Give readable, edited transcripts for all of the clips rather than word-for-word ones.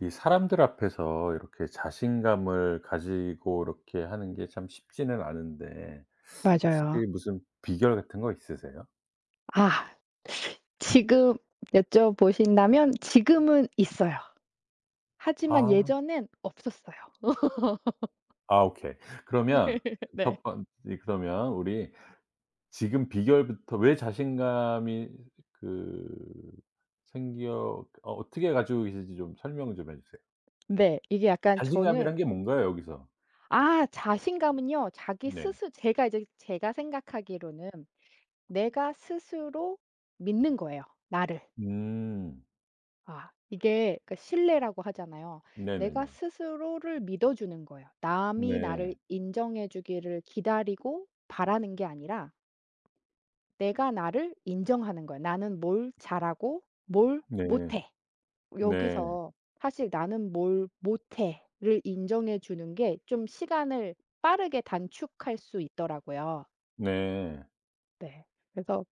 이 사람들 앞에서 이렇게 자신감을 가지고 이렇게 하는 게 참 쉽지는 않은데 혹시 맞아요. 무슨 비결 같은 거 있으세요? 아 지금 여쭤보신다면 지금은 있어요. 하지만 아. 예전엔 없었어요. 아 오케이. 네. 그러면 네. 첫 번 이 그러면 우리 지금 비결부터 왜 자신감이 그 생겨 어 어떻게 가지고 계신지 좀 설명 좀 해 주세요. 네, 이게 약간 저는 자신감이란 게 뭔가요, 여기서? 자신감은요. 자기 네. 스스 제가 생각하기로는 내가 스스로 믿는 거예요, 나를. 음. 이게 그 신뢰라고 하잖아요. 네네, 내가 네. 스스로를 믿어주는 거예요. 남이 나를 네. 인정해 주기를 기다리고 바라는 게 아니라 내가 나를 인정하는 거야. '나는 뭘 잘하고 뭘 네. 못해.' 네. 여기서 사실 '나는 뭘 못해.'를 인정해 주는 게 좀 시간을 빠르게 단축할 수 있더라고요. 네. 네. 그래서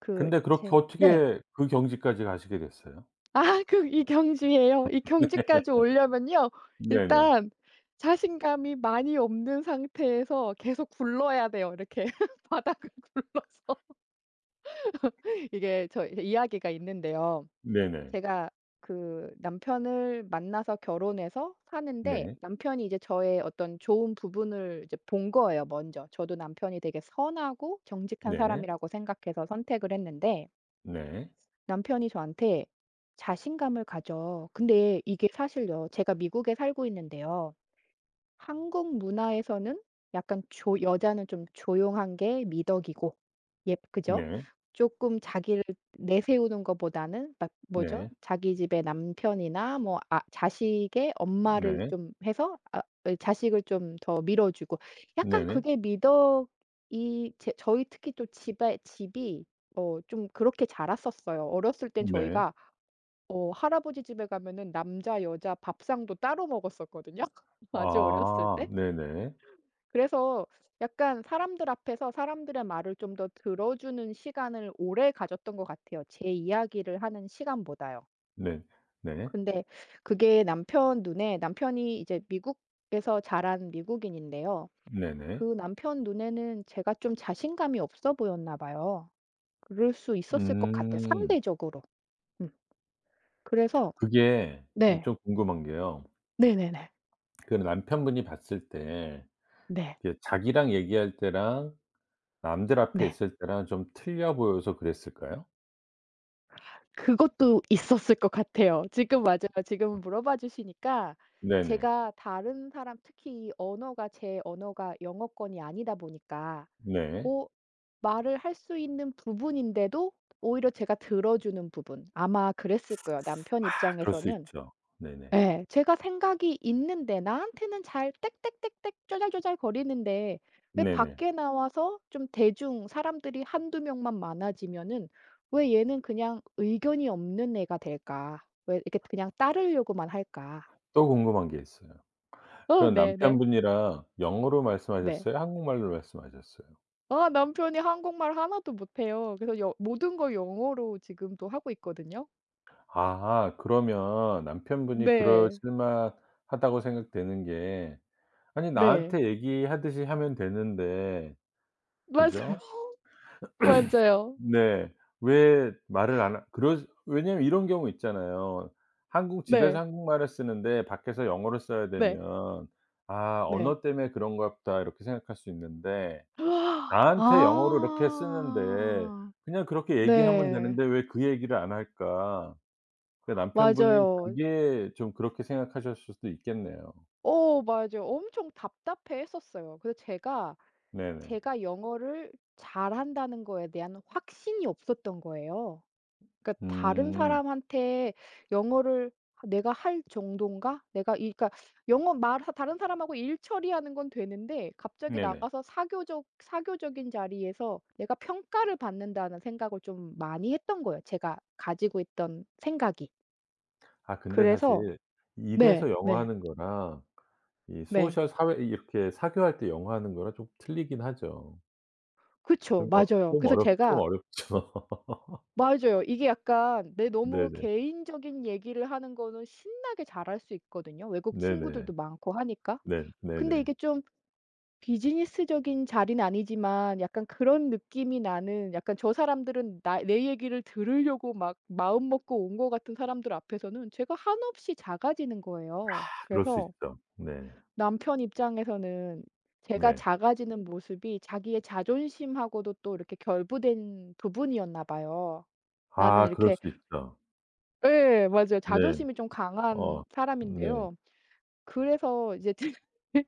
그 근데 그렇게 제 네. 어떻게 그 경지까지 가시게 됐어요? 아 그 이 경지예요. 이 경지까지 네. 오려면요. 네네. 일단 자신감이 많이 없는 상태에서 계속 굴러야 돼요. 이렇게 바닥을 굴러서. 이게 저 이야기가 있는데요. 네네. 제가 그 남편을 만나서 결혼해서 사는데 네. 남편이 이제 저의 어떤 좋은 부분을 이제 본 거예요, 먼저. 저도 남편이 되게 선하고 정직한 네. 사람이라고 생각해서 선택을 했는데 네. 남편이 저한테 "자신감을 가져." 근데 이게 사실요. 제가 미국에 살고 있는데요. 한국 문화에서는 약간 조 여자는 좀 조용한 게 미덕이고 예 그죠? 네. 조금 자기를 내세우는 것보다는 막 뭐죠? 네. 자기 집의 남편이나 뭐 자식의 엄마를 네. 좀 해서 자식을 좀 더 밀어주고 약간 네네. 네. 그게 미덕이 제 저희 특히 또 집에 집이 좀 그렇게 자랐었어요. 어렸을 땐 네. 저희가 할아버지 집에 가면은 남자 여자 밥상도 따로 먹었었거든요 아주 어렸을 때. 아 네네. 그래서 약간 사람들 앞에서 사람들의 말을 좀 더 들어주는 시간을 오래 가졌던 것 같아요, 제 이야기를 하는 시간보다요. 네. 네. 근데 그게 남편 눈에 남편이 이제 미국에서 자란 미국인인데요. 그 네네. 남편 눈에는 제가 좀 자신감이 없어 보였나 봐요. 그럴 수 있었을 것 같아요, 음. 상대적으로. 음. 그래서 그게 저 네. 좀 궁금한 게요. 네네네. 그 남편분이 봤을 때 네. 이게 자기랑 얘기할 때랑 남들 앞에 네. 있을 때랑 좀 틀려 보여서 그랬을까요? 그것도 있었을 것 같아요. 지금 맞아요. 지금 물어봐 주시니까 네네. 제가 다른 사람 특히 언어가 제 언어가 영어권이 아니다 보니까 네. 어 말을 할 수 있는 부분인데도 오히려 제가 들어주는 부분. 아마 그랬을 거예요. 남편 아 그럴 수 입장에서는 있죠. 네네. 예. 제가 생각이 있는데 나한테는 잘 땡땡땡땡 쪼잘쪼잘 거리는데 왜 네네. 밖에 나와서 좀 대중 사람들이 한두 명만 많아지면은 '왜 얘는 그냥 의견이 없는 애가 될까? 왜 이렇게 그냥 따르려고만 할까?' 또 궁금한 게 있어요. 그럼 네네. 남편분이랑 영어로 네. 말씀하셨어요? 한국말로 말씀하셨어요? 남편이 한국말 하나도 못해요. 그래서 여 모든 걸 영어로 지금도 하고 있거든요. 아 그러면 남편분이 네. 그러실 만하다고 생각되는 게 아니, 네. 나한테 얘기하듯이 하면 되는데. 그죠? 맞아요. 맞아요. 네. 왜 말을 안 하 그러 왜냐면 이런 경우 있잖아요. 한국 집에서 네. 한국말을 쓰는데 밖에서 영어를 써야 네. 되면 '아 네. 언어 때문에 그런 것 같다.' 이렇게 생각할 수 있는데 나한테 영어로 이렇게 쓰는데 아. 그냥 그렇게 얘기하면 네. 되는데 왜 그 얘기를 안 할까? 그 남편분이 맞아요. 그게 좀 그렇게 생각하셨을 수도 있겠네요. 오 맞아요. 엄청 답답해했었어요. 그래서 제가, 네네. 제가 영어를 잘한다는 거에 대한 확신이 없었던 거예요. 그러니까 다른 음. 사람한테 영어를 '내가 할정인가 내가 이 그러니까 영어 말 다른 사람하고 일 처리하는 건 되는데 갑자기 네네. 나가서 사교적인 자리에서 내가 평가를 받는다는 생각을 좀 많이 했던 거예요, 제가 가지고 있던 생각이. 아 근데 그래서 사실 일에서 네. 영어 네. 하는 거랑 이 네. 소셜, 사회, 이렇게 사교할 때 영어 하는 거랑 좀 틀리긴 하죠. 그쵸. 맞아요. 그래서 좀 제가 어렵죠. 맞아요. 이게 약간 내 너무 네네. 개인적인 얘기를 하는 거는 신나게 잘할 수 있거든요, 외국 친구들도 네네. 많고 하니까. 네. 근데 네네. 이게 좀 비즈니스적인 자리는 아니지만 약간 그런 느낌이 나는 약간 저 사람들은 나 내 얘기를 들으려고 막 마음먹고 온 것 같은 사람들 앞에서는 제가 한없이 작아지는 거예요. 아 그럴 수 그래서 있죠. 네. 남편 입장에서는 제가 네. 작아지는 모습이 자기의 자존심하고도 또 이렇게 결부된 부분이었나 봐요. 나는 아 그럴 이렇게 수 있죠. 예 맞아요. 네. 자존심이 좀 강한 어. 네. 사람인데요. 그래서 이제 집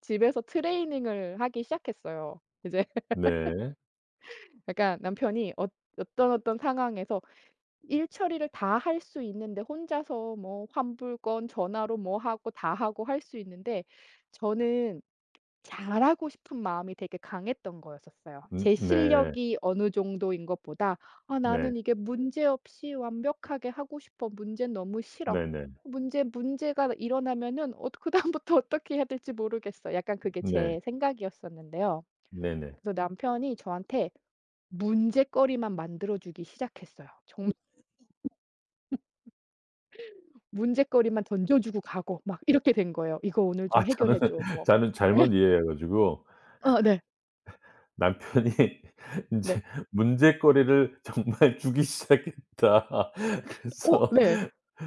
집에서 트레이닝을 하기 시작했어요. 이제 네. 그러니까 남편이 어떤 상황에서 일 처리를 다 할 수 있는데 혼자서 뭐 환불 건 전화로 뭐 하고 다 하고 할 수 있는데 저는 잘하고 싶은 마음이 되게 강했던 거였었어요. 제 네. 실력이 어느 정도인 것보다 네. 나는 이게 문제없이 완벽하게 하고 싶어. 문제는 너무 싫어. 네네. 문제가 일어나면은 그다음부터 어떻게 해야 될지 모르겠어.' 약간 그게 네. 제 생각이었었는데요. 네네. 그래서 남편이 저한테 문제거리만 만들어 주기 시작했어요. 정말 문제거리만 던져 주고 가고 막 이렇게 된 거예요. "이거 오늘 아 좀 해결해 저는 줘." 뭐 저는 네. 잘못 이해해 가지고 네. 남편이 네. 인제 문제거리를 정말 주기 시작했다. 그래서 네.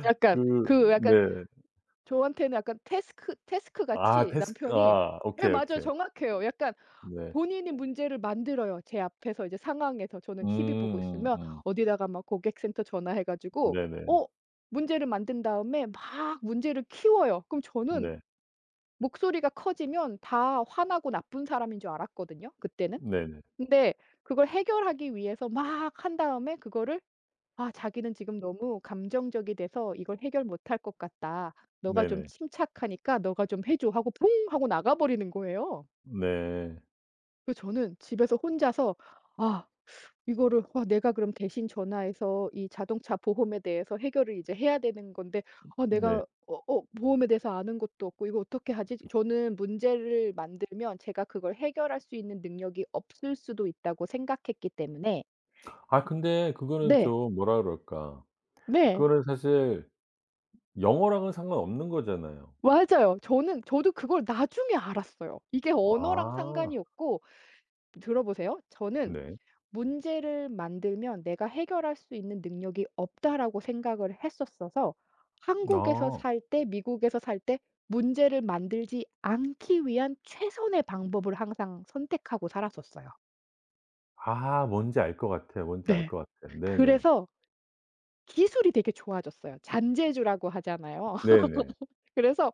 약간 그 그 약간 네. 저한테는 약간 태스크 아 같이 태스크, 남편이 아 예 오케이, 맞아요. 오케이. 정확해요. 약간 네. 본인이 문제를 만들어요. 제 앞에서 이제 상황에서 저는 TV 보고 있으면 음음. 어디다가 막 고객센터 전화해 가지고 어 네네. 문제를 만든 다음에 막 문제를 키워요. 그럼 저는 네. 목소리가 커지면 다 화나고 나쁜 사람인 줄 알았거든요 그때는. 네네. 근데 그걸 해결하기 위해서 막 한 다음에 그거를 자기는 지금 너무 감정적이 돼서 이걸 해결 못할 것 같다. 너가 네네. 좀 네. 네. 침착하니까 너가 좀 해 줘.' 하고 퐁 하고 나가 버리는 거예요. 네, 네, 그 저는 집에서 혼자서 아 이거를 와, 내가 그럼 대신 전화해서 이 자동차 보험에 대해서 해결을 이제 해야 되는 건데 네, 네. 내가 보험에 대해서 아는 것도 없고 이거 어떻게 하지? 저는 문제를 만들면 제가 그걸 해결할 수 있는 능력이 없을 수도 있다고 생각했기 때문에 아 근데 그거는 네. 좀 뭐라 그럴까. 네. 그거는 사실 영어랑은 상관없는 거잖아요. 맞아요. 저는 저도 그걸 나중에 알았어요. 이게 언어랑 상관이 아 없고 들어 보세요. 저는 네. 문제를 만들면 '내가 해결할 수 있는 능력이 없다.'라고 생각을 했었어서 한국에서 아. 살 때 미국에서 살 때 문제를 만들지 않기 위한 최선의 방법을 항상 선택하고 살았었어요. 아 뭔지 알 것 같아요. 뭔지 알 네. 것 같아요. 네네. 그래서 기술이 되게 좋아졌어요. 잔재주라고 하잖아요. 네네. 그래서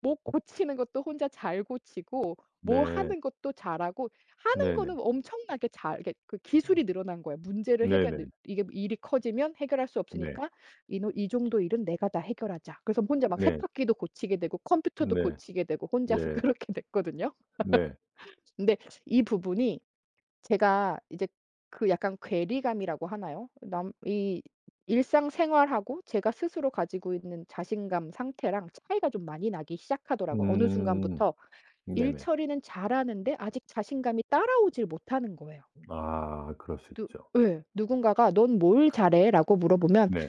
뭐 고치는 것도 혼자 잘 고치고 뭐 네. 하는 것도 잘하고 하는 네네. 거는 엄청나게 잘 이게 그 기술이 늘어난 거예요. 문제를 해결 네네. 이게 일이 커지면 해결할 수 네. 없으니까 이 노 "이 정도 일은 내가 다 해결하자." 그래서 혼자 막 네. 세탁기도 고치게 되고 컴퓨터도 네. 고치게 되고 혼자서 네. 그렇게 됐거든요. 네. 근데 이 부분이 제가 이제 그 약간 괴리감이라고 하나요? 남 이 일상생활하고 제가 스스로 가지고 있는 자신감 상태랑 차이가 좀 많이 나기 시작하더라고요. 어느 음. 순간부터 일 네네. 처리는 잘하는데 아직 자신감이 따라오질 못하는 거예요. 아 그럴 수 누 있죠. 예. 누군가가 "넌 뭘 잘해?"라고 물어보면 네.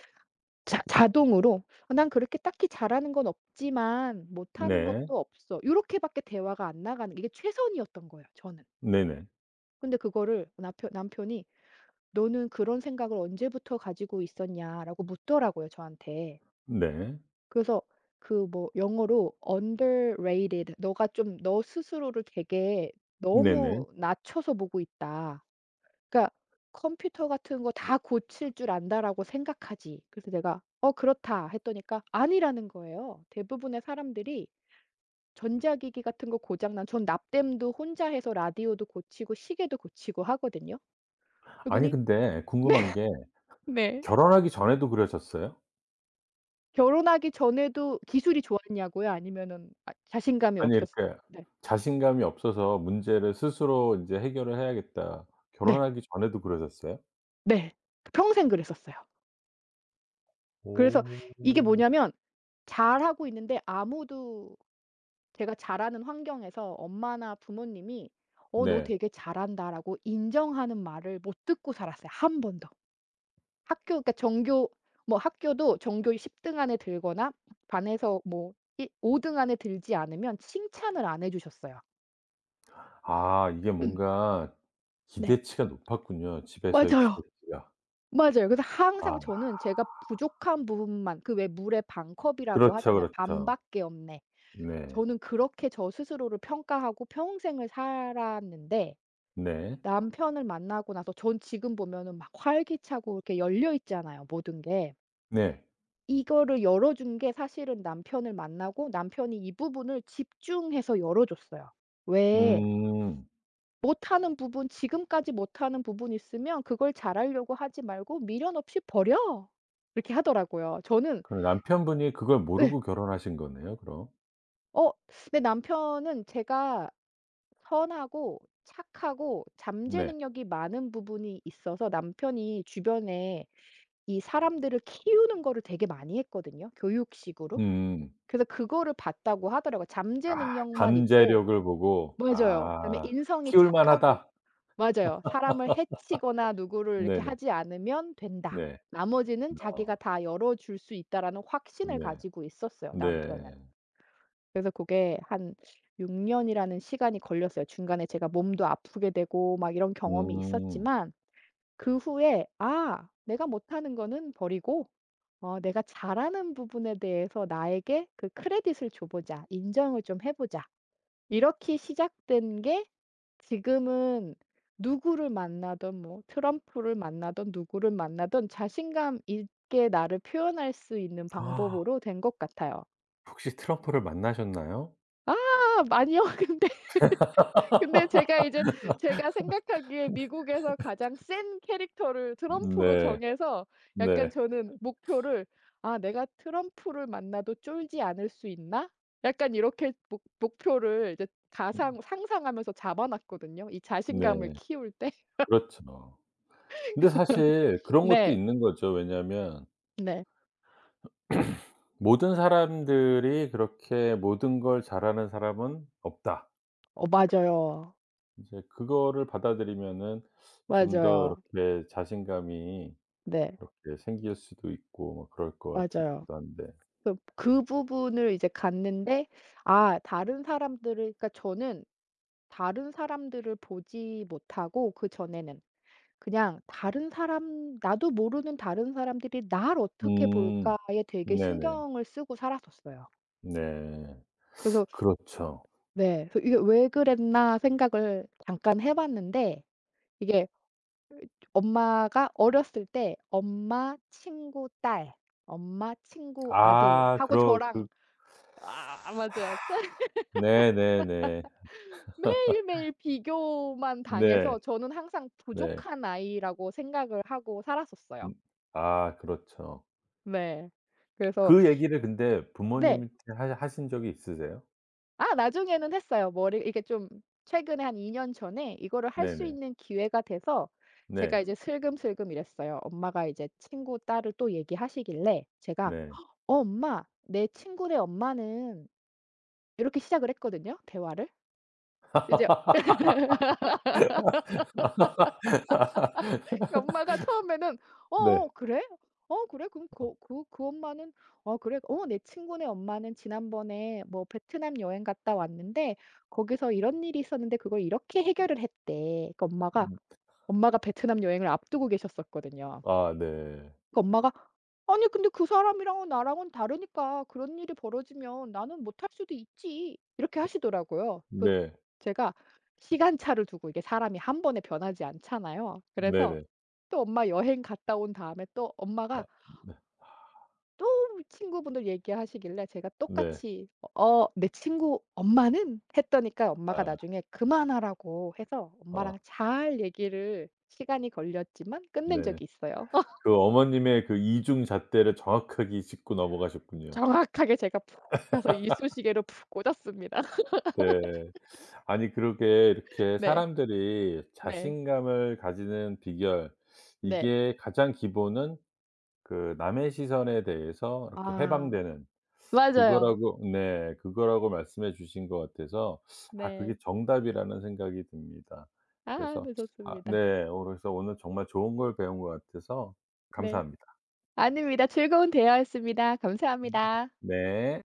자 자동으로 "어, 난 그렇게 딱히 잘하는 건 없지만 못하는 네. 것도 없어." 이렇게 밖에 대화가 안 나가는 게 이게 최선이었던 거예요 저는. 네네. 근데 그거를 남편이 "너는 그런 생각을 언제부터 가지고 있었냐?"라고 묻더라고요, 저한테. 네. 그래서 그 뭐 영어로 "underrated 너가 좀 너 스스로를 되게 네네. 너무 낮춰서 보고 있다. 그러니까 컴퓨터 같은 거 다 고칠 줄 안다."라고 생각하지. 그래서 내가 "어 그렇다." 했더니까 아니라는 거예요. 대부분의 사람들이 전자기기 같은 거 고장 난 전 납땜도 혼자 해서 라디오도 고치고 시계도 고치고 하거든요. 아니 그러더니 근데 궁금한 게 "네네." 결혼하기 전에도 그러셨어요? 결혼하기 전에도 기술이 좋았냐고요? 아니면은 자신감이 아니 없었 이렇게 네. 자신감이 없어서 문제를 스스로 인제 '해결을 해야겠다.' 네. 결혼하기 전에도 그러셨어요? 네. 평생 그랬었어요. 그래서 오. 이게 뭐냐면 잘하고 있는데 아무도 제가 잘하는 환경에서 엄마나 부모님이 "어 너 네. 되게 잘한다."라고 인정하는 말을 못 듣고 살았어요 한 번도. 학교 그러니까 전교 뭐 학교도 전교 10등 안에 들거나 반에서 뭐 일 5등 등 안에 들지 않으면 칭찬을 안 해 주셨어요. 아 이게 뭔가 네. 기대치가 높았군요, 집에서의 맞아요. 기대치가. 맞아요. 그래서 항상 아 저는 제가 부족한 부분만 그 왜 물에 반 컵이라고 그렇죠, 하잖아요. 그렇죠. '반밖에 없네.' 네. 저는 그렇게 저 스스로를 평가하고 평생을 살았는데 네. 남편을 만나고 나서 전 지금 보면은 막 활기차고 이렇게 열려 있잖아요, 모든 게. 네. 이거를 열어 준 게 사실은 남편을 만나고 남편이 이 부분을 집중해서 열어 줬어요. 왜 음. 못하는 부분 지금까지 못하는 부분 있으면 그걸 잘하려고 하지 말고 미련 없이 버려. 이렇게 하더라고요. 저는 그럼 남편분이 그걸 네. 모르고 결혼하신 거네요, 그럼. 어 내 남편은 제가 선하고 착하고 잠재 네. 능력이 많은 부분이 있어서 남편이 주변에 이 사람들을 키우는 거를 되게 많이 했거든요, 교육식으로. 음. 그래서 그거를 봤다고 하더라고요. 잠재 아 능력만 있고 잠재력을 보고 맞아요. 그다음에 '아 인성이 키울 착하고 만하다.' 맞아요. '사람을 해치거나 누구를 이렇게 네네. 하지 않으면 된다. 네. 나머지는 어 자기가 다 열어 줄 수 있다.'라는 확신을 네. 가지고 있었어요 남편은. 네. 그래서 그게 한 6년 년이라는 시간이 걸렸어요. 중간에 제가 몸도 아프게 되고 막 이런 경험이 음. 있었지만 그 후에 내가 못하는 거는 버리고 내가 잘하는 부분에 대해서 나에게 그 크레딧을 줘 보자. 인정을 좀 해 보자.' 이렇게 시작된 게 지금은 누구를 만나든 뭐 트럼프를 만나든 누구를 만나든 자신감 있게 나를 표현할 수 있는 아 방법으로 된 것 같아요. 혹시 트럼프를 만나셨나요? 아 아니요. 근데 근데 제가 이제 제가 생각하기에 미국에서 가장 센 캐릭터를 트럼프로 네. 정해서 약간 네. 저는 목표를 내가 트럼프를 만나도 쫄지 않을 수 있나?' 약간 이렇게 목 목표를 이제 가상 상상하면서 잡아 놨거든요, 이 자신감을 네. 키울 때. 그렇죠. 근데 사실 그런 것도 네. 있는 거죠. 왜냐하면 네. 모든 사람들이 그렇게 모든 걸 잘하는 사람은 없다. 맞아요. 이제 그거를 받아들이면은 좀 더 맞아요. 이렇게 자신감이 네. 이렇게 생길 수도 있고 뭐 그럴 것 같은 맞아요. 느낌도 한데. 그 부분을 이제 갔는데 다른 사람들을 그러니까 저는 다른 사람들을 보지 못하고 그전에는 그냥 다른 사람 나도 모르는 다른 사람들이 '날 어떻게 음. 볼까.'에 되게 네네. 신경을 쓰고 살았었어요. 네. 그래서 그렇죠. 네. 그래서 이게 '왜 그랬나.' 생각을 잠깐 해 봤는데 이게 엄마가 어렸을 때 엄마, 친구, 딸, 엄마, 친구, 아들 아 하고 그러 그 저랑 맞아요. 네네네. 매일매일 비교만 네. 당해서 저는 항상 네. 부족한 아이라고 생각을 하고 살았었어요. 음. 아 그렇죠. 네. 그래서 그 얘기를 근데 네. 부모님한테 하 하신 적이 있으세요? 나중에는 했어요. 머리 이게 좀 최근에 한 2년 전에 이거를 할 수 네네. 있는 기회가 돼서 제가 네. 이제 슬금슬금 이랬어요. 엄마가 이제 친구 딸을 또 얘기하시길래 제가 네. "어 엄마, 내 친구네 엄마는" 이렇게 시작을 했거든요, 대화를. 이제 엄마가 처음에는 "어어 네. 그래? 어 그래? 그럼 그 그 그 엄마는 어 그래? 어 내 친구네 엄마는 지난번에 뭐 베트남 여행 갔다 왔는데 거기서 이런 일이 있었는데 그걸 이렇게 해결을 했대." 그 엄마가 음. 엄마가 베트남 여행을 앞두고 계셨었거든요. 아 네. 그 엄마가 "아니 근데 그 사람이랑은 나랑은 다르니까 그런 일이 벌어지면 나는 못할 수도 있지." 이렇게 하시더라고요. 그 네. 제가 시간차를 두고 이게 사람이 한 번에 변하지 않잖아요. 그래서 네네. 또 엄마 여행 갔다 온 다음에 또 아 엄마가 네. 또 친구분들 얘기하시길래 제가 네. 똑같이 "어 "어, 내 친구 엄마는?" 했더니까 엄마가 아 나중에 "그만하라."고 해서 아 엄마랑 잘 얘기를 시간이 걸렸지만 끝낸 네. 적이 있어요. 그 어머님의 그 이중 잣대를 정확하게 짚고 넘어가셨군요. 정확하게 제가 푹 가서 이쑤시개로 푹 꽂았습니다. 네. 아니 그러게, 이렇게 네. 사람들이 네. 자신감을 가지는 비결 네. 이게 가장 기본은 그 남의 시선에 대해서 이렇게 아 해방되는 맞아요. 그거라고, 네 그거라고 말씀해 주신 것 같아서 아 그게 네. 정답이라는 생각이 듭니다. 그래서 아 늦었습니다. 네. 어 그래서 오늘 정말 좋은 걸 배운 것 같아서 네. 감사합니다. 아닙니다. 즐거운 대화였습니다. 음. 감사합니다. 네.